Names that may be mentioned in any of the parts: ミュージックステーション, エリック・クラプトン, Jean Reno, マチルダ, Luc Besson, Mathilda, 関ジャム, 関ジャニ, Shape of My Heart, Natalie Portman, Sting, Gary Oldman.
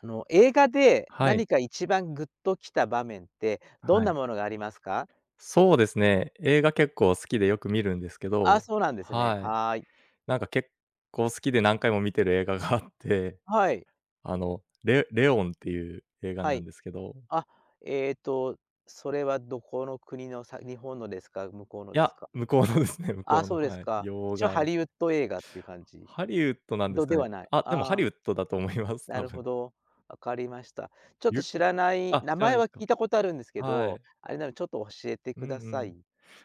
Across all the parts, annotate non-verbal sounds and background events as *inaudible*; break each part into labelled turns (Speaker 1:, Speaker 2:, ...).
Speaker 1: 映画で
Speaker 2: はい、
Speaker 1: 何か一番グッときた場面って、どん
Speaker 2: は
Speaker 1: な
Speaker 2: い。
Speaker 1: ものがありますか？
Speaker 2: そうですね、映画結構好きでよく見るんですけ
Speaker 1: あ、
Speaker 2: ど、
Speaker 1: そうなんですね。
Speaker 2: はい。
Speaker 1: はい。
Speaker 2: なんか結構好きで何回も見てる映画があって、
Speaker 1: はい。
Speaker 2: レオンっていう映画
Speaker 1: は
Speaker 2: な
Speaker 1: い。
Speaker 2: んですけど、
Speaker 1: あ、えっと、それはどこの国の日本のですか？向こうの
Speaker 2: い
Speaker 1: です
Speaker 2: や、
Speaker 1: か？
Speaker 2: 向こうのですね、向
Speaker 1: あ、
Speaker 2: こうの、
Speaker 1: そうです
Speaker 2: はい、
Speaker 1: か。
Speaker 2: 洋
Speaker 1: 一応
Speaker 2: 画
Speaker 1: ハ
Speaker 2: です。
Speaker 1: リウッド映画っていう感じ？
Speaker 2: ハリウッドなんで
Speaker 1: ど
Speaker 2: すか
Speaker 1: で
Speaker 2: ね。
Speaker 1: はない。
Speaker 2: あ、でもハ
Speaker 1: あ
Speaker 2: リ
Speaker 1: あ、
Speaker 2: ウッドだと思います、
Speaker 1: な
Speaker 2: 多
Speaker 1: るほ
Speaker 2: 分。
Speaker 1: ど。わかりました。ちょっと
Speaker 2: ゆ
Speaker 1: 知らない
Speaker 2: あ、
Speaker 1: 名
Speaker 2: 知らない
Speaker 1: 前
Speaker 2: で
Speaker 1: は
Speaker 2: す
Speaker 1: 聞
Speaker 2: か。
Speaker 1: いたことあるんですけ
Speaker 2: は
Speaker 1: ど、
Speaker 2: い。
Speaker 1: あれなのでちょっと教えて
Speaker 2: うん
Speaker 1: く
Speaker 2: う
Speaker 1: ださ
Speaker 2: ん。
Speaker 1: い。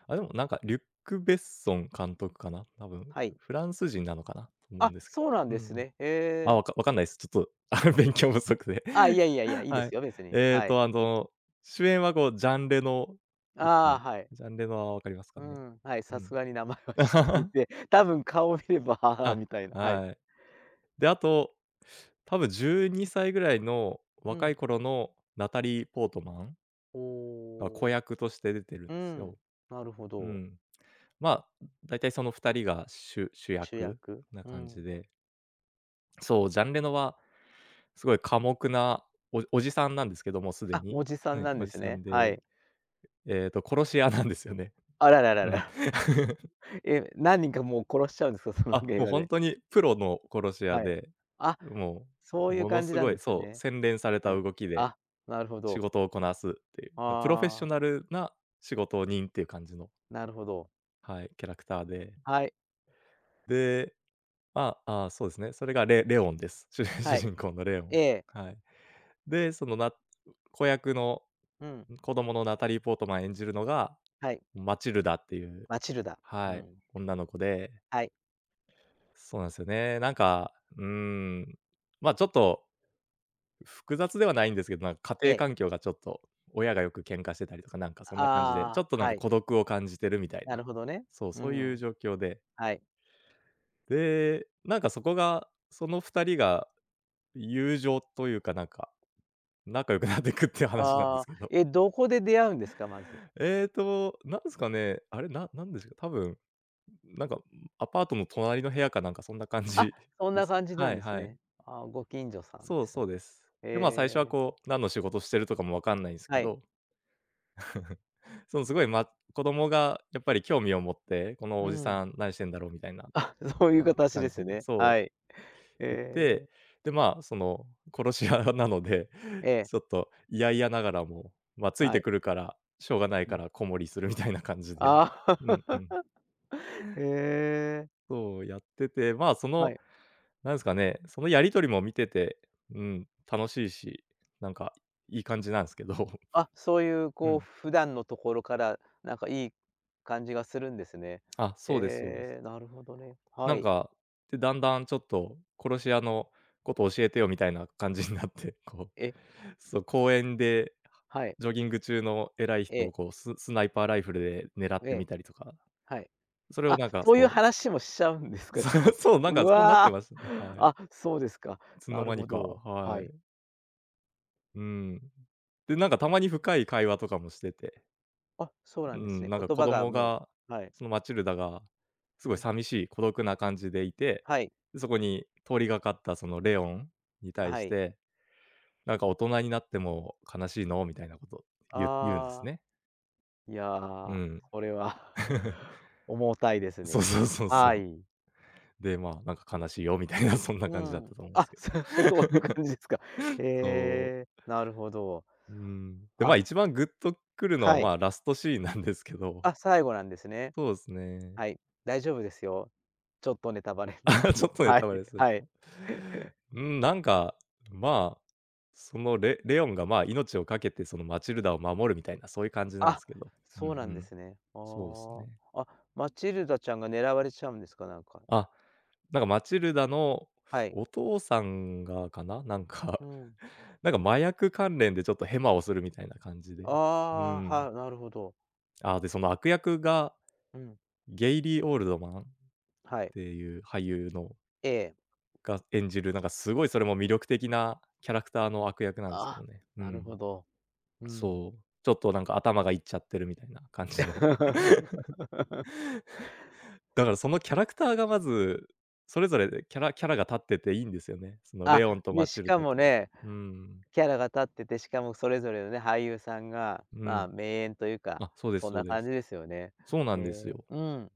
Speaker 2: あ、でもなんかリュック・ベッソン監督かな、多分。
Speaker 1: はい。
Speaker 2: フランス人なのかなと思う
Speaker 1: あ、
Speaker 2: んですけ
Speaker 1: そうなん
Speaker 2: ど。
Speaker 1: で
Speaker 2: うんう
Speaker 1: す
Speaker 2: ん。
Speaker 1: ね。へ
Speaker 2: あ、
Speaker 1: え。
Speaker 2: わかんないです。ちょっと、*laughs* 勉強不足で。
Speaker 1: あ、いやいやいや、
Speaker 2: *laughs*
Speaker 1: いいで
Speaker 2: は
Speaker 1: す
Speaker 2: い。
Speaker 1: よ、別に。
Speaker 2: ええ
Speaker 1: はい。
Speaker 2: と、あの、主演はジャンレノです
Speaker 1: ああ、
Speaker 2: ね。
Speaker 1: はい。
Speaker 2: ジャンレノは分かりますか
Speaker 1: う
Speaker 2: ね。
Speaker 1: ん、はい、
Speaker 2: う
Speaker 1: さ
Speaker 2: ん。
Speaker 1: すがに名前は知ってい
Speaker 2: *laughs*
Speaker 1: て、多分顔を見れば、ああ、
Speaker 2: あ、
Speaker 1: みたいな、はい。
Speaker 2: はい。で、あと、多分12歳ぐらいの
Speaker 1: う
Speaker 2: 若い
Speaker 1: ん。
Speaker 2: 頃のナタリー・ポートマン
Speaker 1: お
Speaker 2: が子
Speaker 1: お。
Speaker 2: 役として出てるんで
Speaker 1: う
Speaker 2: す
Speaker 1: ん、
Speaker 2: よ。
Speaker 1: なるほ
Speaker 2: う
Speaker 1: ど。
Speaker 2: ん。まあ、だいたいその2人が主
Speaker 1: 主
Speaker 2: 役
Speaker 1: 役。
Speaker 2: な
Speaker 1: う
Speaker 2: 感じ
Speaker 1: ん。
Speaker 2: で。そう、ジャンレノはすごい寡黙なおじさんなんですけど、もうすで
Speaker 1: あ、お
Speaker 2: に。
Speaker 1: じさん
Speaker 2: はい、
Speaker 1: なんで
Speaker 2: おじ
Speaker 1: す
Speaker 2: さん
Speaker 1: ね。は
Speaker 2: で、
Speaker 1: い。
Speaker 2: 殺し屋なんですよね。
Speaker 1: あららら
Speaker 2: うん。
Speaker 1: ら。
Speaker 2: *laughs*
Speaker 1: *laughs* え、何人かもう殺しちゃうんですか？*laughs* その
Speaker 2: あ、
Speaker 1: 映
Speaker 2: もう
Speaker 1: 画
Speaker 2: ほん
Speaker 1: で。
Speaker 2: とにプロの殺し屋
Speaker 1: はい。
Speaker 2: で、
Speaker 1: あ、
Speaker 2: も
Speaker 1: そういう
Speaker 2: もの
Speaker 1: 感じ
Speaker 2: す
Speaker 1: なん
Speaker 2: ご
Speaker 1: で
Speaker 2: い
Speaker 1: すね。
Speaker 2: 洗練され
Speaker 1: は
Speaker 2: た
Speaker 1: い。
Speaker 2: 動きで
Speaker 1: あ、なるほ
Speaker 2: 仕
Speaker 1: ど。
Speaker 2: 事をこなすっていう、プロフェッショ
Speaker 1: ああ、
Speaker 2: ナルな仕事人っていう感じの、
Speaker 1: なるほど。
Speaker 2: はい、キャラクターで。
Speaker 1: はい、
Speaker 2: で、まあ、あ、そうですね、それがレオンです。*laughs* 主
Speaker 1: はい。
Speaker 2: 人公のレオ
Speaker 1: え
Speaker 2: ン。
Speaker 1: え、
Speaker 2: はい。で、そのな子役の
Speaker 1: うん、
Speaker 2: 子供のナタリー・ポートマン演じるのが
Speaker 1: はい。
Speaker 2: マチルダっていう、
Speaker 1: マチルダ。う
Speaker 2: はい、
Speaker 1: ん。
Speaker 2: 女の子で、
Speaker 1: はい。
Speaker 2: そうなんですよね。なんか、うーん、ちょっと複雑ではないんですけど、なんか
Speaker 1: え
Speaker 2: 家庭
Speaker 1: え、
Speaker 2: 環境がちょっと、親がよく喧嘩してたりとか、なんかそんな感じで、ちょ
Speaker 1: ああ、
Speaker 2: っとなん
Speaker 1: は
Speaker 2: か
Speaker 1: い。
Speaker 2: 孤独を感じてるみたい
Speaker 1: なる
Speaker 2: な。
Speaker 1: ほどね。
Speaker 2: そう、
Speaker 1: う
Speaker 2: そういう
Speaker 1: ん。
Speaker 2: 状況で。
Speaker 1: はい。
Speaker 2: で、なんかそこが、その二人が友情というか、なんか、仲良くなっていくっていう話なんで
Speaker 1: あ
Speaker 2: す
Speaker 1: あ、
Speaker 2: けど。
Speaker 1: え、どこで出会うんですか？まず。
Speaker 2: なんすかね、あれ、ななんでしか多分なんか、アパートの隣の部屋かなんかそんな感
Speaker 1: あ、
Speaker 2: じ
Speaker 1: そ
Speaker 2: *laughs*
Speaker 1: ん
Speaker 2: で
Speaker 1: な
Speaker 2: すね。
Speaker 1: 感じな
Speaker 2: は
Speaker 1: ん
Speaker 2: い
Speaker 1: です
Speaker 2: はい。
Speaker 1: ね。ああ、ご近所さんで
Speaker 2: そう
Speaker 1: すね。
Speaker 2: そうです。で、まあ、最
Speaker 1: え
Speaker 2: 初は
Speaker 1: え、
Speaker 2: こう、何の仕事してるとかもわかんないんですけ
Speaker 1: はい。
Speaker 2: ど、*laughs* そのすごい、子供がやっぱり興味を持って、この
Speaker 1: う
Speaker 2: おじ
Speaker 1: ん。
Speaker 2: さん何してんだろうみたいな、
Speaker 1: *laughs* あ、そういう形で
Speaker 2: 感
Speaker 1: す
Speaker 2: じで、
Speaker 1: ね。
Speaker 2: そ
Speaker 1: はい。
Speaker 2: う、言っ
Speaker 1: ええ。
Speaker 2: て、で、まあ、その殺し屋なので、*laughs*
Speaker 1: ええ、
Speaker 2: ちょっと嫌々ながらも、まあ、つい
Speaker 1: は
Speaker 2: て
Speaker 1: い。
Speaker 2: くるから、しょうがない
Speaker 1: う
Speaker 2: か
Speaker 1: ん。
Speaker 2: ら子守りするみたいな感じで、
Speaker 1: ああ。
Speaker 2: うんうん、
Speaker 1: *laughs* へえ、
Speaker 2: そうやってて、まあ、そ
Speaker 1: は
Speaker 2: の
Speaker 1: い。
Speaker 2: なんですかね、そのやり取りも見てて、うん、楽しいし、なんかいい感じなんですけど。*laughs*
Speaker 1: あ、そういう
Speaker 2: う
Speaker 1: こう
Speaker 2: ん。
Speaker 1: 普段のところから、なんかいい感じがするんですね。
Speaker 2: *laughs* あ、そうですそうで
Speaker 1: え
Speaker 2: す。
Speaker 1: え、なるほどね。は
Speaker 2: なん
Speaker 1: い。
Speaker 2: か、で、だんだんちょっと殺し屋のこと教えてよみたいな感じになって、*laughs* こ
Speaker 1: え、
Speaker 2: う、そう、公園で
Speaker 1: はい。
Speaker 2: ジョギング中の偉い
Speaker 1: え
Speaker 2: 人を
Speaker 1: え、
Speaker 2: こう、スナイパーライフルで狙っ
Speaker 1: え
Speaker 2: て
Speaker 1: え、
Speaker 2: みたりとか、
Speaker 1: はい。
Speaker 2: それを
Speaker 1: あ、
Speaker 2: なんか
Speaker 1: そういう
Speaker 2: そう、
Speaker 1: 話もしちゃうんです
Speaker 2: *laughs*
Speaker 1: か、
Speaker 2: そ
Speaker 1: じゃ
Speaker 2: う
Speaker 1: あ。*laughs*
Speaker 2: そう、なん
Speaker 1: う
Speaker 2: かそうなって
Speaker 1: わ、
Speaker 2: ましたね。
Speaker 1: *laughs*
Speaker 2: はい。い
Speaker 1: あ、そうですか。
Speaker 2: つ
Speaker 1: な
Speaker 2: の
Speaker 1: る
Speaker 2: 間に
Speaker 1: ほ
Speaker 2: か、
Speaker 1: ど。
Speaker 2: は
Speaker 1: はい。
Speaker 2: い。うん。で、なんかたまに深い会話とかもしてて、
Speaker 1: あ、そうな
Speaker 2: う
Speaker 1: んですね。
Speaker 2: ん、なんか
Speaker 1: 言
Speaker 2: 子
Speaker 1: 葉が
Speaker 2: 供
Speaker 1: も
Speaker 2: が、
Speaker 1: うはい。
Speaker 2: そのマチルダが、す
Speaker 1: う
Speaker 2: ごい
Speaker 1: ん。
Speaker 2: 寂しい孤独な感じでいて、
Speaker 1: はい。
Speaker 2: で、そこに通りがかったそのレオンに対
Speaker 1: は
Speaker 2: し
Speaker 1: い。
Speaker 2: て、なんか大人になっても悲しいの？みたいなこと言うんです
Speaker 1: ああ、
Speaker 2: ね。
Speaker 1: い
Speaker 2: う
Speaker 1: や、
Speaker 2: ん。
Speaker 1: これは
Speaker 2: *laughs*
Speaker 1: *laughs* 重たいです
Speaker 2: そう
Speaker 1: ね。
Speaker 2: そうそうそう。
Speaker 1: はい。
Speaker 2: で、まあ、なんか悲しいよみたいなそんな
Speaker 1: う
Speaker 2: 感じだっ
Speaker 1: ん。
Speaker 2: たと思うんで
Speaker 1: あ、
Speaker 2: すけど。
Speaker 1: *laughs* そういう感じですか。へ
Speaker 2: そ
Speaker 1: え、
Speaker 2: う。
Speaker 1: なるほど。
Speaker 2: うーん。で、ま
Speaker 1: あ、
Speaker 2: あ、一番グッとくるのは、
Speaker 1: はい。
Speaker 2: まあ、ラストシーンなんですけど、
Speaker 1: あ、最後なんですね。
Speaker 2: そうですね。
Speaker 1: はい。大丈夫ですよ。ちょっとネタバレになって
Speaker 2: *laughs* ちょ
Speaker 1: も。
Speaker 2: っとネ
Speaker 1: はい、
Speaker 2: タバレする
Speaker 1: はい。
Speaker 2: と、うん、なんか、まあ、そのレオンが、まあ、命を懸けてそのマチルダを守るみたいな、そういう感じなんで
Speaker 1: あ、
Speaker 2: すけど。うんう
Speaker 1: そうなんで
Speaker 2: ん。
Speaker 1: すね。あ
Speaker 2: そうです
Speaker 1: ー
Speaker 2: ね。
Speaker 1: あ、マチルダちゃんが狙われちゃうんですか？なんか。
Speaker 2: あ、なんかマチルダの
Speaker 1: はい。
Speaker 2: お父さんがかな、なんか、
Speaker 1: うん。
Speaker 2: *laughs* なんか麻薬関連でちょっとヘマをするみたいな感じで。う
Speaker 1: ああ、
Speaker 2: ん。
Speaker 1: はい、なるほど。
Speaker 2: あ、で、その悪役が
Speaker 1: うん、
Speaker 2: ゲイリー・オールドマンっ
Speaker 1: はい。
Speaker 2: ていう俳優の
Speaker 1: ええ。
Speaker 2: が演じる、なんかすごいそれも魅力的なキャラクターの悪役なんですけ
Speaker 1: あ、
Speaker 2: どね。う
Speaker 1: なる
Speaker 2: ん。
Speaker 1: ほど。うん。
Speaker 2: そう、ちょっとなんか頭がいっちゃってるみたいな感じの。*laughs*
Speaker 1: *laughs*
Speaker 2: だからそのキャラクターがまず、それぞれでキャラが立ってていいんですよね。その
Speaker 1: あ、
Speaker 2: レオンと
Speaker 1: で、
Speaker 2: マ
Speaker 1: し
Speaker 2: チル
Speaker 1: か
Speaker 2: ダ
Speaker 1: も
Speaker 2: と。
Speaker 1: ね、
Speaker 2: うーん、
Speaker 1: キャラが立ってて、しかもそれぞれのね、俳優さんが、
Speaker 2: う
Speaker 1: まあ、
Speaker 2: ん。
Speaker 1: 名演というか、
Speaker 2: あ、そうで
Speaker 1: そ
Speaker 2: す
Speaker 1: ん
Speaker 2: そ
Speaker 1: な
Speaker 2: うで
Speaker 1: 感じ
Speaker 2: す。
Speaker 1: ですよね。
Speaker 2: そうな
Speaker 1: え
Speaker 2: んです
Speaker 1: え、
Speaker 2: よ。
Speaker 1: うん、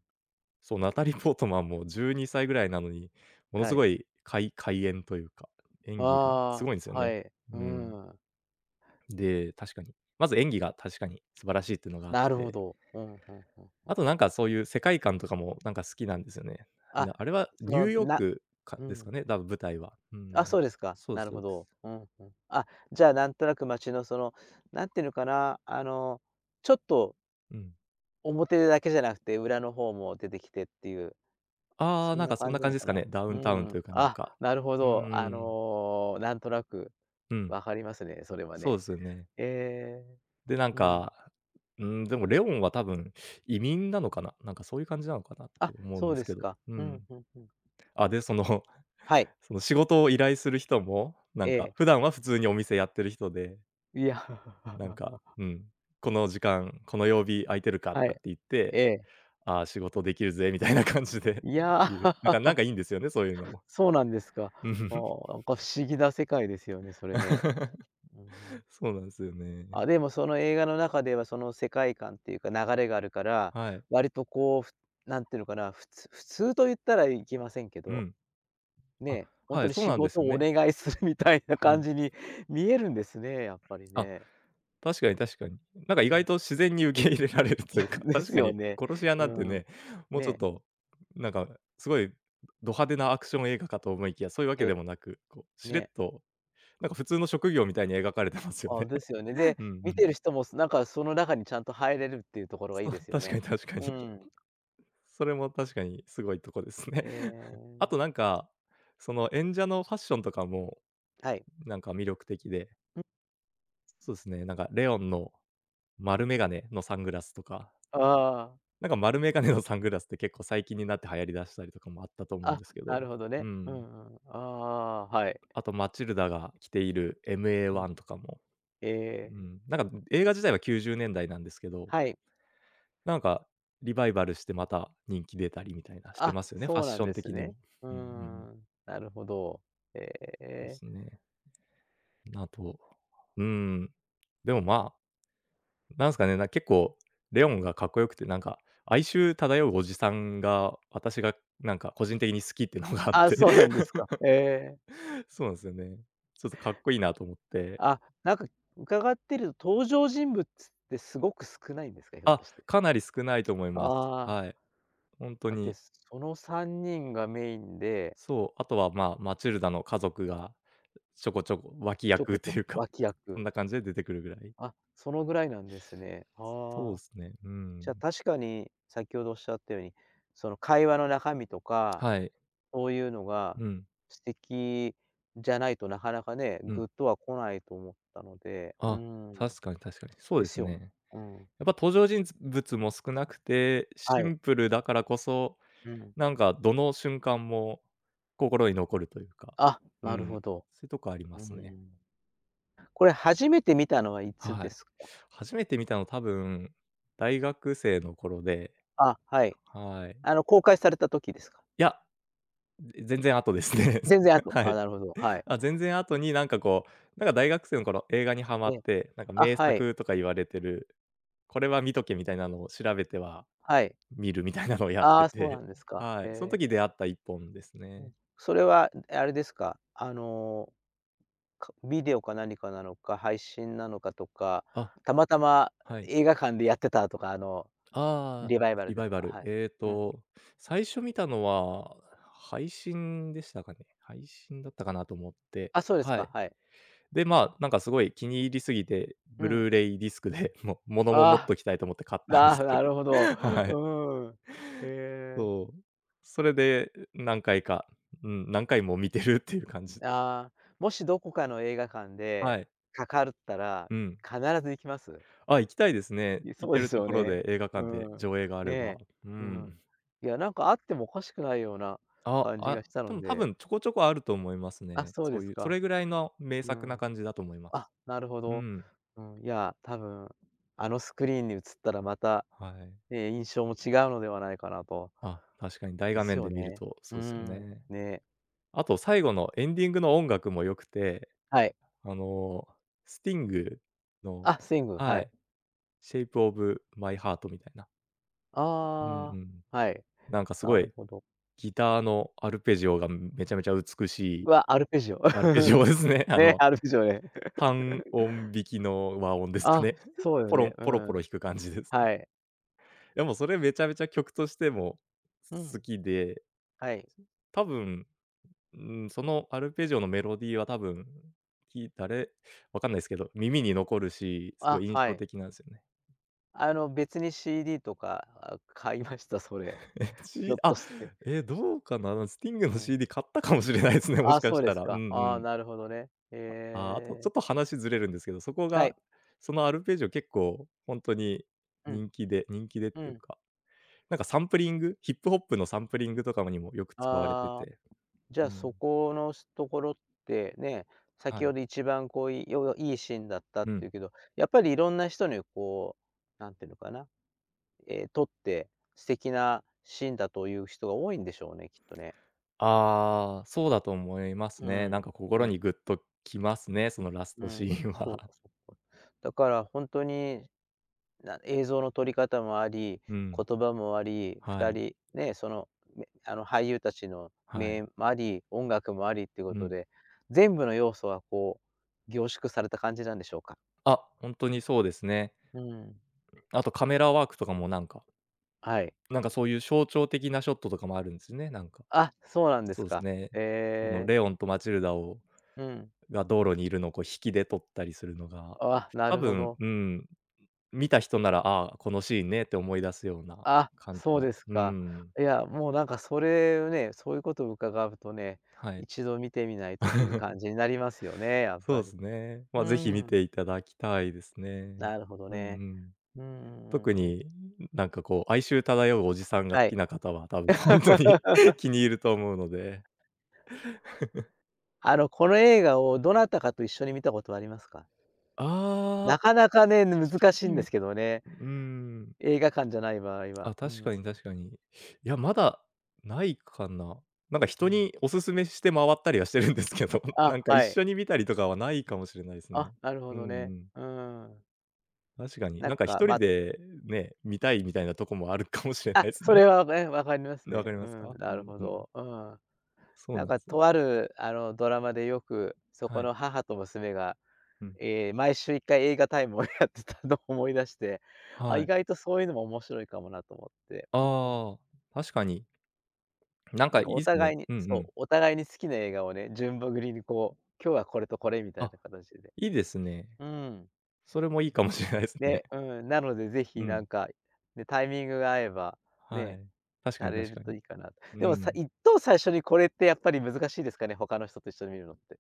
Speaker 2: そう、ナタリー・ポートマンも12歳ぐらいなのに、もの
Speaker 1: は
Speaker 2: す
Speaker 1: い。
Speaker 2: ごい怪演というか、演技がす
Speaker 1: ああ、
Speaker 2: ごいんですよ
Speaker 1: は
Speaker 2: ね。
Speaker 1: い。う
Speaker 2: うん。
Speaker 1: ん。
Speaker 2: で、確かに、まず演技が確かに素晴らしいっていうのがあっ
Speaker 1: なるほ
Speaker 2: て、
Speaker 1: ど。うん、うんうん。
Speaker 2: あとなんかそういう世界観とかもなんか好きなんですよね。
Speaker 1: あ、
Speaker 2: あれは
Speaker 1: そ
Speaker 2: ニュー
Speaker 1: の、
Speaker 2: ヨークか
Speaker 1: う
Speaker 2: ですか
Speaker 1: ん。
Speaker 2: ね、多分舞台は。う
Speaker 1: あ、
Speaker 2: ん。
Speaker 1: そうですか。
Speaker 2: そうで
Speaker 1: な
Speaker 2: す
Speaker 1: る
Speaker 2: そ
Speaker 1: ほ
Speaker 2: うです。
Speaker 1: ど。うんうん。あ、じゃあ、なんとなく街のその、なんていうのかな、ちょっと
Speaker 2: うん。
Speaker 1: 表だけじゃなくて、裏の方も出てきてっていう、
Speaker 2: ああ、
Speaker 1: そん
Speaker 2: なん
Speaker 1: な
Speaker 2: かそん
Speaker 1: 感
Speaker 2: な
Speaker 1: じな
Speaker 2: 感
Speaker 1: の
Speaker 2: じです
Speaker 1: か
Speaker 2: か
Speaker 1: な。
Speaker 2: ね。ダウ
Speaker 1: う
Speaker 2: ンタウン
Speaker 1: ん。
Speaker 2: というかなん
Speaker 1: あ、
Speaker 2: か。
Speaker 1: なるほ
Speaker 2: うー
Speaker 1: ど。
Speaker 2: ん。
Speaker 1: なんとなく
Speaker 2: うん。
Speaker 1: わかりますね、それは
Speaker 2: そう
Speaker 1: ね。
Speaker 2: ですよね。
Speaker 1: ええ、
Speaker 2: で、なん
Speaker 1: うん。
Speaker 2: か、うん、でもレオンは多分移民なのかな、なんかそういう感じなのかなっ
Speaker 1: あ、
Speaker 2: て思うん
Speaker 1: そう
Speaker 2: で
Speaker 1: で
Speaker 2: すけ
Speaker 1: す
Speaker 2: ど。
Speaker 1: か。
Speaker 2: う
Speaker 1: うん
Speaker 2: ん。
Speaker 1: うんうん。
Speaker 2: あ、で、*laughs*
Speaker 1: はい。
Speaker 2: その仕事を依頼する人も、なん
Speaker 1: え
Speaker 2: か
Speaker 1: え。
Speaker 2: 普段は普通にお店やってる人で、
Speaker 1: いや、
Speaker 2: なんか、
Speaker 1: *laughs*
Speaker 2: うん、この時間、この曜日空いてるかと
Speaker 1: は
Speaker 2: かっ
Speaker 1: い。
Speaker 2: て言って、
Speaker 1: ええ。
Speaker 2: ああ、仕事できるぜみたいな *laughs* 感じで
Speaker 1: い
Speaker 2: *laughs*
Speaker 1: や、
Speaker 2: 言う。
Speaker 1: *laughs*
Speaker 2: なんかいいんですよね、そういうのも。
Speaker 1: そうなんですか。
Speaker 2: う
Speaker 1: あ
Speaker 2: ん。
Speaker 1: あ、なんか不思議な世界ですよね、それね。うんうん。
Speaker 2: *laughs*。そうなんですよね。
Speaker 1: あ、でもその映画の中では、その世界観っていうか流れがあるから、
Speaker 2: はい。
Speaker 1: 割とこう、なんていうのかな、普通と言ったらいきませんけ
Speaker 2: う
Speaker 1: ど、
Speaker 2: ん。あ、
Speaker 1: ね、ほん
Speaker 2: は
Speaker 1: と
Speaker 2: い、
Speaker 1: に
Speaker 2: そう
Speaker 1: 仕
Speaker 2: なんで
Speaker 1: 事
Speaker 2: すよ
Speaker 1: をお
Speaker 2: ね。
Speaker 1: 願いするみたいな
Speaker 2: う
Speaker 1: 感
Speaker 2: ん。
Speaker 1: じに見えるんですね、やっぱり
Speaker 2: あ、
Speaker 1: ね。
Speaker 2: 確かに確かに。なんか
Speaker 1: う
Speaker 2: 意外
Speaker 1: ん。
Speaker 2: と自然に受け入れられるというか、
Speaker 1: *laughs*
Speaker 2: *laughs*
Speaker 1: で
Speaker 2: 確
Speaker 1: す
Speaker 2: か
Speaker 1: よ
Speaker 2: に
Speaker 1: ね。
Speaker 2: 殺し屋なんて
Speaker 1: うん。
Speaker 2: ね、もうちょっ
Speaker 1: ね、
Speaker 2: と、なんかすごいド派手なアクション映画かと思いきや、そういうわけ
Speaker 1: え、
Speaker 2: でもなく、こうしれっ
Speaker 1: ね、
Speaker 2: と、なんか普通の職業みたいに描かれてますよ
Speaker 1: あ、
Speaker 2: ね。
Speaker 1: ですよね。で、
Speaker 2: うんう
Speaker 1: 見
Speaker 2: ん。
Speaker 1: てる人も、なんかその中にちゃんと入れるっていうところがいい
Speaker 2: そう、
Speaker 1: ですよ
Speaker 2: 確か
Speaker 1: ね。
Speaker 2: に確か
Speaker 1: う
Speaker 2: に。
Speaker 1: ん。
Speaker 2: それも確かにすごいとこですね。
Speaker 1: え
Speaker 2: *laughs* あ
Speaker 1: え、
Speaker 2: となんか、その演者のファッションとかも
Speaker 1: はい。
Speaker 2: なんか魅力的で、そうですね、なんかレオンの丸眼鏡のサングラスとか、
Speaker 1: ああ。
Speaker 2: なんか丸眼鏡のサングラスって結構最近になって流行りだしたりとかもあったと思うん
Speaker 1: あ、
Speaker 2: ですけ
Speaker 1: な
Speaker 2: ど、
Speaker 1: るほど
Speaker 2: う
Speaker 1: ね。う
Speaker 2: ん。
Speaker 1: んうん。ああ、はい。
Speaker 2: あとマチルダが着ている
Speaker 1: うん。
Speaker 2: MA1 とかも、
Speaker 1: え
Speaker 2: う
Speaker 1: え、
Speaker 2: ん、なんか映画自体は90年代なんですけど、
Speaker 1: はい。
Speaker 2: なんか、リバイバルしてまた人気出たりみたいなして
Speaker 1: あ、
Speaker 2: ますよね、ファ
Speaker 1: そ
Speaker 2: ッ
Speaker 1: うな
Speaker 2: シ
Speaker 1: ん
Speaker 2: ョ
Speaker 1: で
Speaker 2: ン
Speaker 1: す
Speaker 2: 的に
Speaker 1: ね。
Speaker 2: も。
Speaker 1: うー
Speaker 2: うんうんうん。
Speaker 1: ん、なるほど。え
Speaker 2: で
Speaker 1: え。
Speaker 2: すね。あと、うん。でも、まあ、なんすかね、結構レオンがかっこよくて、なんか、哀愁漂うおじさんが、私がなんか個人的に好きっていうのがあっ
Speaker 1: あ、
Speaker 2: て。
Speaker 1: そうなんですか。
Speaker 2: *laughs*
Speaker 1: ええ。
Speaker 2: そうなんですよね。ちょっとかっこいいなと思って。
Speaker 1: あ、なんか伺ってると登場人物ってすごく少ないんですか？ひょっ
Speaker 2: あ、
Speaker 1: として。
Speaker 2: かなり少ないと思います。
Speaker 1: ああ、
Speaker 2: はい。ほんと
Speaker 1: だって
Speaker 2: に、
Speaker 1: その3人がメインで、
Speaker 2: そう、あとは、まあ、マチルダの家族がちょこちょこ脇
Speaker 1: ちょ
Speaker 2: 役
Speaker 1: こ
Speaker 2: っ
Speaker 1: ち
Speaker 2: て
Speaker 1: ょこ
Speaker 2: いうか、
Speaker 1: 脇
Speaker 2: そん
Speaker 1: 役。
Speaker 2: な感じで出てくるぐらい。
Speaker 1: あ、そのぐらいなんですね。
Speaker 2: そ
Speaker 1: あ
Speaker 2: うで
Speaker 1: あ。
Speaker 2: すね、う
Speaker 1: じ
Speaker 2: ん。
Speaker 1: ゃあ確かに、先ほどおっしゃったように、その会話の中身とか
Speaker 2: はい。
Speaker 1: そういうのが
Speaker 2: うん、
Speaker 1: 素敵じゃないとなかなかね、
Speaker 2: う
Speaker 1: グ
Speaker 2: ん。
Speaker 1: ッとは来ないと思ったので、うー
Speaker 2: あ、
Speaker 1: ん、
Speaker 2: 確かに確かに。そう
Speaker 1: で
Speaker 2: です
Speaker 1: すよね。
Speaker 2: ね。
Speaker 1: うん。
Speaker 2: やっぱ登場人物も少なくて、
Speaker 1: は
Speaker 2: シ
Speaker 1: い。
Speaker 2: ンプルだからこそ、
Speaker 1: うん。
Speaker 2: どの瞬間も心に残るというか、
Speaker 1: あ、
Speaker 2: う
Speaker 1: なる
Speaker 2: ん、
Speaker 1: ほど。
Speaker 2: そういうとこありま
Speaker 1: う
Speaker 2: すね。
Speaker 1: ん。これ初めて見たのはいつ
Speaker 2: は
Speaker 1: で
Speaker 2: い。
Speaker 1: すか？
Speaker 2: 初めて見たの多分、大学生の頃で、
Speaker 1: あ、はい。
Speaker 2: はい。
Speaker 1: 公開された時ですか？
Speaker 2: いや全然後ですね。
Speaker 1: 全然
Speaker 2: *laughs*
Speaker 1: 後。
Speaker 2: は
Speaker 1: あ、
Speaker 2: い。
Speaker 1: なるほど、はい。
Speaker 2: あ、全然後になんか大学生の頃映画にハマ
Speaker 1: ええ。
Speaker 2: って、なんか
Speaker 1: あ、
Speaker 2: 名
Speaker 1: はい、
Speaker 2: 作とか言われてる、これは見とけみたいなのを調べては
Speaker 1: はい。
Speaker 2: 見るみたいなのをやっ
Speaker 1: あ
Speaker 2: て
Speaker 1: あ、そうな
Speaker 2: て、
Speaker 1: んですか。
Speaker 2: は
Speaker 1: へ
Speaker 2: い。その
Speaker 1: え。
Speaker 2: 時出会った1本です
Speaker 1: う
Speaker 2: ね。
Speaker 1: ん。それは、あれですか、ビデオか何かなのか、配信なのかとか、
Speaker 2: あ、
Speaker 1: たまたま
Speaker 2: はい。
Speaker 1: 映画館でやってたとか、
Speaker 2: ああ、
Speaker 1: リバイバル
Speaker 2: リ
Speaker 1: で
Speaker 2: バイ
Speaker 1: と
Speaker 2: バ
Speaker 1: か、
Speaker 2: ル。
Speaker 1: はい。うん。
Speaker 2: 最初見たのは配信でしたかね。配信だったかなと思って、
Speaker 1: あ、そうです
Speaker 2: は
Speaker 1: か、
Speaker 2: い。
Speaker 1: はい。
Speaker 2: で、まあ、なんかすごい気に入りすぎて、
Speaker 1: う
Speaker 2: ブ
Speaker 1: ん。
Speaker 2: ルーレイディスクで *laughs*、もう物も持っ
Speaker 1: ああ、
Speaker 2: ときたいと思って買ったんですけ
Speaker 1: な
Speaker 2: ど。
Speaker 1: るほど。
Speaker 2: *laughs* はい。
Speaker 1: うん。へえ。
Speaker 2: そう。それで何回か、うん、何回も見てるっていう感じで。
Speaker 1: ああ、もしどこかの映画館
Speaker 2: は
Speaker 1: で
Speaker 2: い。
Speaker 1: かかるったら、
Speaker 2: うん。
Speaker 1: 必ず行きます？
Speaker 2: あ、行きたいですね。
Speaker 1: い
Speaker 2: 行
Speaker 1: そ
Speaker 2: け
Speaker 1: うで
Speaker 2: る
Speaker 1: す
Speaker 2: と
Speaker 1: よ
Speaker 2: ころ
Speaker 1: ね。
Speaker 2: で映画
Speaker 1: う
Speaker 2: 館で
Speaker 1: ん。
Speaker 2: 上映があ
Speaker 1: ね
Speaker 2: れ
Speaker 1: え。
Speaker 2: ば。う
Speaker 1: うん。
Speaker 2: ん。
Speaker 1: いや、なんかあってもおかしくないような
Speaker 2: あ、
Speaker 1: 感じが
Speaker 2: あ、
Speaker 1: した
Speaker 2: で
Speaker 1: の
Speaker 2: も多
Speaker 1: で。
Speaker 2: 分ちょこちょこあると思います
Speaker 1: あ、
Speaker 2: ね。
Speaker 1: そうで
Speaker 2: そ
Speaker 1: す
Speaker 2: ういう、そ
Speaker 1: か。
Speaker 2: れぐらいの名
Speaker 1: う
Speaker 2: 作な
Speaker 1: ん。
Speaker 2: 感じだと思いま
Speaker 1: あ、
Speaker 2: す。
Speaker 1: なるほ
Speaker 2: う
Speaker 1: ど。
Speaker 2: ん。
Speaker 1: うん、いや、多分、あのスクリーンに映ったらまた、
Speaker 2: はい。
Speaker 1: ね、印象も違うのではないかなと。
Speaker 2: あ、確かに大
Speaker 1: で
Speaker 2: 画
Speaker 1: す
Speaker 2: 面
Speaker 1: よ
Speaker 2: で見る
Speaker 1: ね。
Speaker 2: と
Speaker 1: うー
Speaker 2: そうですよ
Speaker 1: ん、
Speaker 2: ね。
Speaker 1: ね。
Speaker 2: あと最後のエンディングの音楽も良くて、
Speaker 1: はい。
Speaker 2: あの、スティングの
Speaker 1: あ、スイング、は
Speaker 2: は
Speaker 1: い。
Speaker 2: い、Shape of My Heart みたいな。うんう
Speaker 1: あ
Speaker 2: ん。
Speaker 1: あ、はい、
Speaker 2: なんかす
Speaker 1: な
Speaker 2: ご
Speaker 1: る
Speaker 2: い
Speaker 1: ほど。
Speaker 2: ギターのアルペジオがめちゃめちゃ美し
Speaker 1: う
Speaker 2: い
Speaker 1: わ、アルペジオ。
Speaker 2: アルペジオ
Speaker 1: *laughs*
Speaker 2: ですね。*laughs*
Speaker 1: ね、アルペジオね。*laughs*
Speaker 2: 単音弾きの和音ですか
Speaker 1: あ、
Speaker 2: ね。*laughs*
Speaker 1: そうよ
Speaker 2: ポロ
Speaker 1: ね、
Speaker 2: ン
Speaker 1: う
Speaker 2: ポロポロ
Speaker 1: ん、
Speaker 2: 弾く感じです。で
Speaker 1: はい。
Speaker 2: もそれめちゃめちゃ曲としても
Speaker 1: う
Speaker 2: 好
Speaker 1: ん、
Speaker 2: きで、
Speaker 1: はい。
Speaker 2: 多分うん、そのアルペジオのメロディーは多分、聞いたれわかんないですけど、耳に残るし、すご
Speaker 1: あ、
Speaker 2: い印
Speaker 1: は
Speaker 2: 象
Speaker 1: い。
Speaker 2: 的なんですよね。
Speaker 1: 別に CD とか買いました、それ。
Speaker 2: *laughs* え、
Speaker 1: *laughs* ひょ
Speaker 2: し
Speaker 1: っと
Speaker 2: あ、
Speaker 1: して。
Speaker 2: え、どうかな、スティング
Speaker 1: う
Speaker 2: の
Speaker 1: ん。
Speaker 2: CD 買ったかもしれないですね、もし
Speaker 1: あ、
Speaker 2: か
Speaker 1: そう
Speaker 2: し
Speaker 1: で
Speaker 2: た
Speaker 1: す
Speaker 2: ら。うんう
Speaker 1: か。ああ、
Speaker 2: ん。
Speaker 1: なるほどね。へ
Speaker 2: ああ、あとち
Speaker 1: え。
Speaker 2: ょっと話ずれるんですけど、そこ
Speaker 1: はい。
Speaker 2: が、そのアルペジオ結構ほんとに
Speaker 1: うん、
Speaker 2: 人気でっ
Speaker 1: う
Speaker 2: ていう
Speaker 1: ん。
Speaker 2: か、なんかサンプリング、ヒップホップのサンプリングとかにもよく使われて
Speaker 1: ああ、
Speaker 2: て、
Speaker 1: じゃ
Speaker 2: う
Speaker 1: あ、
Speaker 2: ん、
Speaker 1: そこのところってね、
Speaker 2: は
Speaker 1: 先
Speaker 2: い。
Speaker 1: ほど一番こう、いよよいいシーンだったっ
Speaker 2: う
Speaker 1: てい
Speaker 2: ん。
Speaker 1: うけど、やっぱりいろんな人にこう、なんていうのかな、ええ、撮って素敵なシーンだという人が多いんでしょうね、きっとね。
Speaker 2: ああ、そうだと思います
Speaker 1: う
Speaker 2: ね。なん
Speaker 1: ん。
Speaker 2: か
Speaker 1: え
Speaker 2: 心
Speaker 1: え、
Speaker 2: にグッときますね、そのラス
Speaker 1: う
Speaker 2: トシ
Speaker 1: ん、
Speaker 2: ーン
Speaker 1: そうか
Speaker 2: は。
Speaker 1: そうか。だからほんとに映像の撮り方もあ
Speaker 2: *laughs*
Speaker 1: り、
Speaker 2: うん。
Speaker 1: 言葉もあり、
Speaker 2: は
Speaker 1: 2
Speaker 2: い、
Speaker 1: 人ね、その、あの、俳優たちの
Speaker 2: はい。
Speaker 1: 目もあり、音楽もありっていうこ
Speaker 2: う
Speaker 1: と
Speaker 2: ん。
Speaker 1: で、全部の要素がこう、凝縮された感じなんでしょうか？
Speaker 2: あ、ほんとにそうですね。
Speaker 1: うん。
Speaker 2: あとカメラワークとかもなんか、
Speaker 1: はい。
Speaker 2: なんかそういう象徴的なショットとかもあるんですよね、なんか。
Speaker 1: あ、そうなんで
Speaker 2: そ
Speaker 1: す
Speaker 2: うです
Speaker 1: か。
Speaker 2: ね。あの
Speaker 1: ええ、
Speaker 2: レオンとマチルダを
Speaker 1: うん。
Speaker 2: が道路にいるのをこう引きで撮ったりするのが、
Speaker 1: あ、な
Speaker 2: 多
Speaker 1: るほ
Speaker 2: 分、
Speaker 1: ど。
Speaker 2: うん、見た人なら、ああ、このシーンねって思い出すような
Speaker 1: あ、
Speaker 2: 感じ
Speaker 1: そう
Speaker 2: も。
Speaker 1: です
Speaker 2: う
Speaker 1: か。
Speaker 2: ん、
Speaker 1: いや、もうなんかそれをね、そういうことを伺うとね、
Speaker 2: はい。
Speaker 1: 一度見てみないとという感じになりますよね、やっ
Speaker 2: そ
Speaker 1: ぱ
Speaker 2: うで
Speaker 1: り。
Speaker 2: すね。ま
Speaker 1: う
Speaker 2: あ、ぜひ見
Speaker 1: ん、
Speaker 2: ていただきたいですね。
Speaker 1: なるほど
Speaker 2: うんう
Speaker 1: ね。
Speaker 2: ん。
Speaker 1: うんうん
Speaker 2: 特
Speaker 1: うんうん。
Speaker 2: に、なんかこう、哀愁漂うおじさんが好
Speaker 1: は
Speaker 2: き
Speaker 1: い。
Speaker 2: な方は、多分ほんとに *laughs*
Speaker 1: *laughs*
Speaker 2: 気に入ると思うので。
Speaker 1: この映画をどなたかと一緒に見たことはありますか？
Speaker 2: あ
Speaker 1: な
Speaker 2: あ、
Speaker 1: かなかね、難しい
Speaker 2: う
Speaker 1: んです
Speaker 2: ん、
Speaker 1: けどね、
Speaker 2: うーん。
Speaker 1: 映画館じゃない場合は。
Speaker 2: あ、
Speaker 1: う
Speaker 2: 確か
Speaker 1: ん、
Speaker 2: に確かに。いや、まだないかな。なんか
Speaker 1: う
Speaker 2: 人
Speaker 1: ん。
Speaker 2: にお勧めして回ったりはしてるんですけど、*laughs*
Speaker 1: あ、
Speaker 2: なんか
Speaker 1: は
Speaker 2: 一
Speaker 1: い。
Speaker 2: 緒に見たりとかはないかもしれないです
Speaker 1: あ、
Speaker 2: ね。
Speaker 1: なるほ
Speaker 2: うんう
Speaker 1: どね。
Speaker 2: ん。
Speaker 1: うーん。
Speaker 2: 確かに。
Speaker 1: なん
Speaker 2: なんか一
Speaker 1: か、
Speaker 2: 人
Speaker 1: ま
Speaker 2: でね、見たいみたいなとこもあるかもしれ
Speaker 1: あ、
Speaker 2: ないす
Speaker 1: そ
Speaker 2: ね。
Speaker 1: れはね、分かります
Speaker 2: わ
Speaker 1: ね。
Speaker 2: かり
Speaker 1: う
Speaker 2: ます
Speaker 1: ん、
Speaker 2: か？う
Speaker 1: なる
Speaker 2: ん
Speaker 1: ほ
Speaker 2: うん。
Speaker 1: ど。うん。
Speaker 2: そう
Speaker 1: なん
Speaker 2: なんで
Speaker 1: か
Speaker 2: すね。
Speaker 1: とある、ドラマでよく、そ
Speaker 2: は
Speaker 1: こ
Speaker 2: い。
Speaker 1: の母と娘が、
Speaker 2: うん。
Speaker 1: ええ、毎週一回映画タイムをやってたのを思い出して、あ、
Speaker 2: は
Speaker 1: 意
Speaker 2: い。
Speaker 1: 外とそういうのも面白いかもなと思って。うん。
Speaker 2: ああ、確かに。なん
Speaker 1: な
Speaker 2: か
Speaker 1: ん
Speaker 2: い
Speaker 1: か
Speaker 2: い
Speaker 1: お
Speaker 2: です
Speaker 1: 互
Speaker 2: ね。
Speaker 1: いに
Speaker 2: うんう
Speaker 1: そ
Speaker 2: ん。
Speaker 1: う、お互いに好きな映画をね、順番繰りにこう、今日はこれとこれみたい
Speaker 2: あ、
Speaker 1: な形で。
Speaker 2: いいですね。
Speaker 1: うん。
Speaker 2: それもいいかもしれないですね。
Speaker 1: で、
Speaker 2: *laughs*
Speaker 1: うん、なので、ぜ
Speaker 2: う
Speaker 1: ひな
Speaker 2: ん。
Speaker 1: んか、ね、タイミングが合えば、
Speaker 2: は
Speaker 1: ね、
Speaker 2: い。確か
Speaker 1: さ
Speaker 2: に
Speaker 1: れ
Speaker 2: 確
Speaker 1: る
Speaker 2: か
Speaker 1: と
Speaker 2: に。
Speaker 1: いいかなと。
Speaker 2: う
Speaker 1: でもさ
Speaker 2: ん。
Speaker 1: 一等最初にこれってやっぱり難しいですかね、他の人と一緒に見るのって。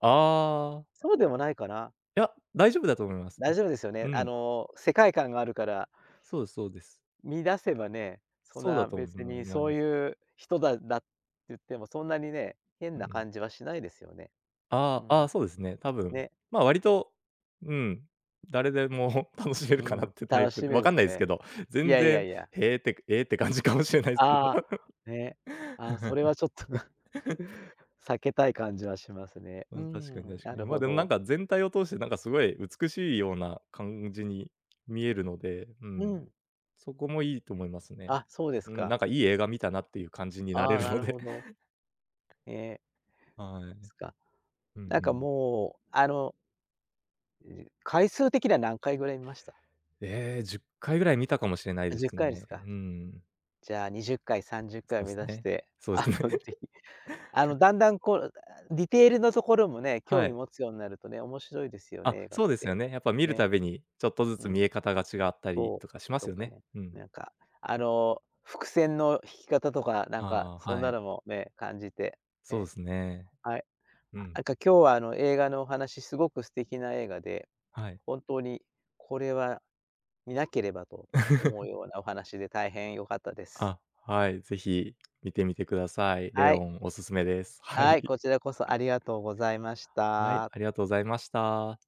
Speaker 2: ああ、
Speaker 1: そうでもないかな。
Speaker 2: いや、大丈夫だと思います
Speaker 1: 大
Speaker 2: ね。
Speaker 1: 丈夫ですよね。
Speaker 2: うん、
Speaker 1: 世界観があるから、
Speaker 2: そうですそうです。
Speaker 1: 見出せばね、そん
Speaker 2: そうだ
Speaker 1: な
Speaker 2: と思い
Speaker 1: 別
Speaker 2: ま
Speaker 1: に
Speaker 2: まい
Speaker 1: そう
Speaker 2: ます。
Speaker 1: いうだって言っても、そんなにね、変
Speaker 2: う
Speaker 1: な
Speaker 2: ん。
Speaker 1: 感じはしないですよね。う
Speaker 2: ああ、あ
Speaker 1: ん。
Speaker 2: あ、そうですね。多分、
Speaker 1: ね。
Speaker 2: ま、あ割と、うん、誰でも *laughs* 楽しめ
Speaker 1: う
Speaker 2: るかなっ
Speaker 1: ん、
Speaker 2: てタイ
Speaker 1: 楽
Speaker 2: プ
Speaker 1: し
Speaker 2: で、
Speaker 1: め
Speaker 2: わ
Speaker 1: るん
Speaker 2: かん
Speaker 1: す
Speaker 2: ないです
Speaker 1: ね。
Speaker 2: けど、
Speaker 1: い
Speaker 2: 全
Speaker 1: やいや
Speaker 2: 然、
Speaker 1: いや。
Speaker 2: へえって、えーって感じかもしれないですけ
Speaker 1: あ
Speaker 2: ど。
Speaker 1: あ、ね。ああ、それ
Speaker 2: *laughs*
Speaker 1: はちょっと *laughs* 避けたい感じはしますね。う
Speaker 2: うん、確かに
Speaker 1: ん、
Speaker 2: 確
Speaker 1: な
Speaker 2: かに。
Speaker 1: る
Speaker 2: ま、あ
Speaker 1: ほ
Speaker 2: でもなん
Speaker 1: ど。
Speaker 2: か全体を通してなんかすごい美しいような感じに見えるので、う
Speaker 1: う
Speaker 2: ん。
Speaker 1: ん。
Speaker 2: そこもいいと思いますね。
Speaker 1: あ、そうです
Speaker 2: うん、
Speaker 1: か。
Speaker 2: なんかいい映画見たなっていう感じにな
Speaker 1: あ
Speaker 2: れ
Speaker 1: あ、
Speaker 2: る
Speaker 1: な
Speaker 2: の
Speaker 1: る
Speaker 2: で、
Speaker 1: ほど。
Speaker 2: *laughs*
Speaker 1: ええ、
Speaker 2: はい。
Speaker 1: すか。
Speaker 2: *laughs* うん
Speaker 1: なん
Speaker 2: う
Speaker 1: か
Speaker 2: ん。
Speaker 1: もう、回数的には何回ぐらい見ました？
Speaker 2: ええ、10回ぐらい見たかもしれない
Speaker 1: あ、
Speaker 2: で
Speaker 1: 10
Speaker 2: す
Speaker 1: 回です
Speaker 2: ね。
Speaker 1: か。
Speaker 2: うん。
Speaker 1: じゃあ、20回、30
Speaker 2: そ
Speaker 1: 回
Speaker 2: うで
Speaker 1: 目
Speaker 2: す
Speaker 1: 指し
Speaker 2: ね。
Speaker 1: て、*laughs*
Speaker 2: そうですね。
Speaker 1: ぜ
Speaker 2: *laughs*
Speaker 1: ひ、だんだんこう、あ、ディテールのところもね、興
Speaker 2: は
Speaker 1: 味
Speaker 2: い。
Speaker 1: 持つようになるとね、面白いですよ
Speaker 2: あ、
Speaker 1: ね、映画っ
Speaker 2: そうです
Speaker 1: て。
Speaker 2: よね。やっぱ見る
Speaker 1: ね、
Speaker 2: たびに、ちょっとず
Speaker 1: う
Speaker 2: つ
Speaker 1: ん。
Speaker 2: 見え方が違ったり
Speaker 1: そう、
Speaker 2: とかしま
Speaker 1: と
Speaker 2: すよ
Speaker 1: か
Speaker 2: ね。
Speaker 1: ね、
Speaker 2: うん。
Speaker 1: なんか、伏線の引き方とか、なん
Speaker 2: あ
Speaker 1: か、
Speaker 2: あ、
Speaker 1: そん
Speaker 2: は
Speaker 1: な
Speaker 2: い。
Speaker 1: のもね、感じて、
Speaker 2: そう
Speaker 1: ね、
Speaker 2: ですね。
Speaker 1: はい。
Speaker 2: う
Speaker 1: あ、
Speaker 2: ん。
Speaker 1: なんか今日は映画のお話、すごく素敵な映画で、
Speaker 2: はい。
Speaker 1: 本当にこれは見なければと思うよ
Speaker 2: *laughs*
Speaker 1: うなお話で大変良かったです。
Speaker 2: あ、はい、ぜひ見てみてください。レ
Speaker 1: は
Speaker 2: オ
Speaker 1: い、
Speaker 2: ンおすすめです。は
Speaker 1: はい、
Speaker 2: い。
Speaker 1: こちらこそありがとうございまし
Speaker 2: はい、
Speaker 1: た。
Speaker 2: ありがとうございました。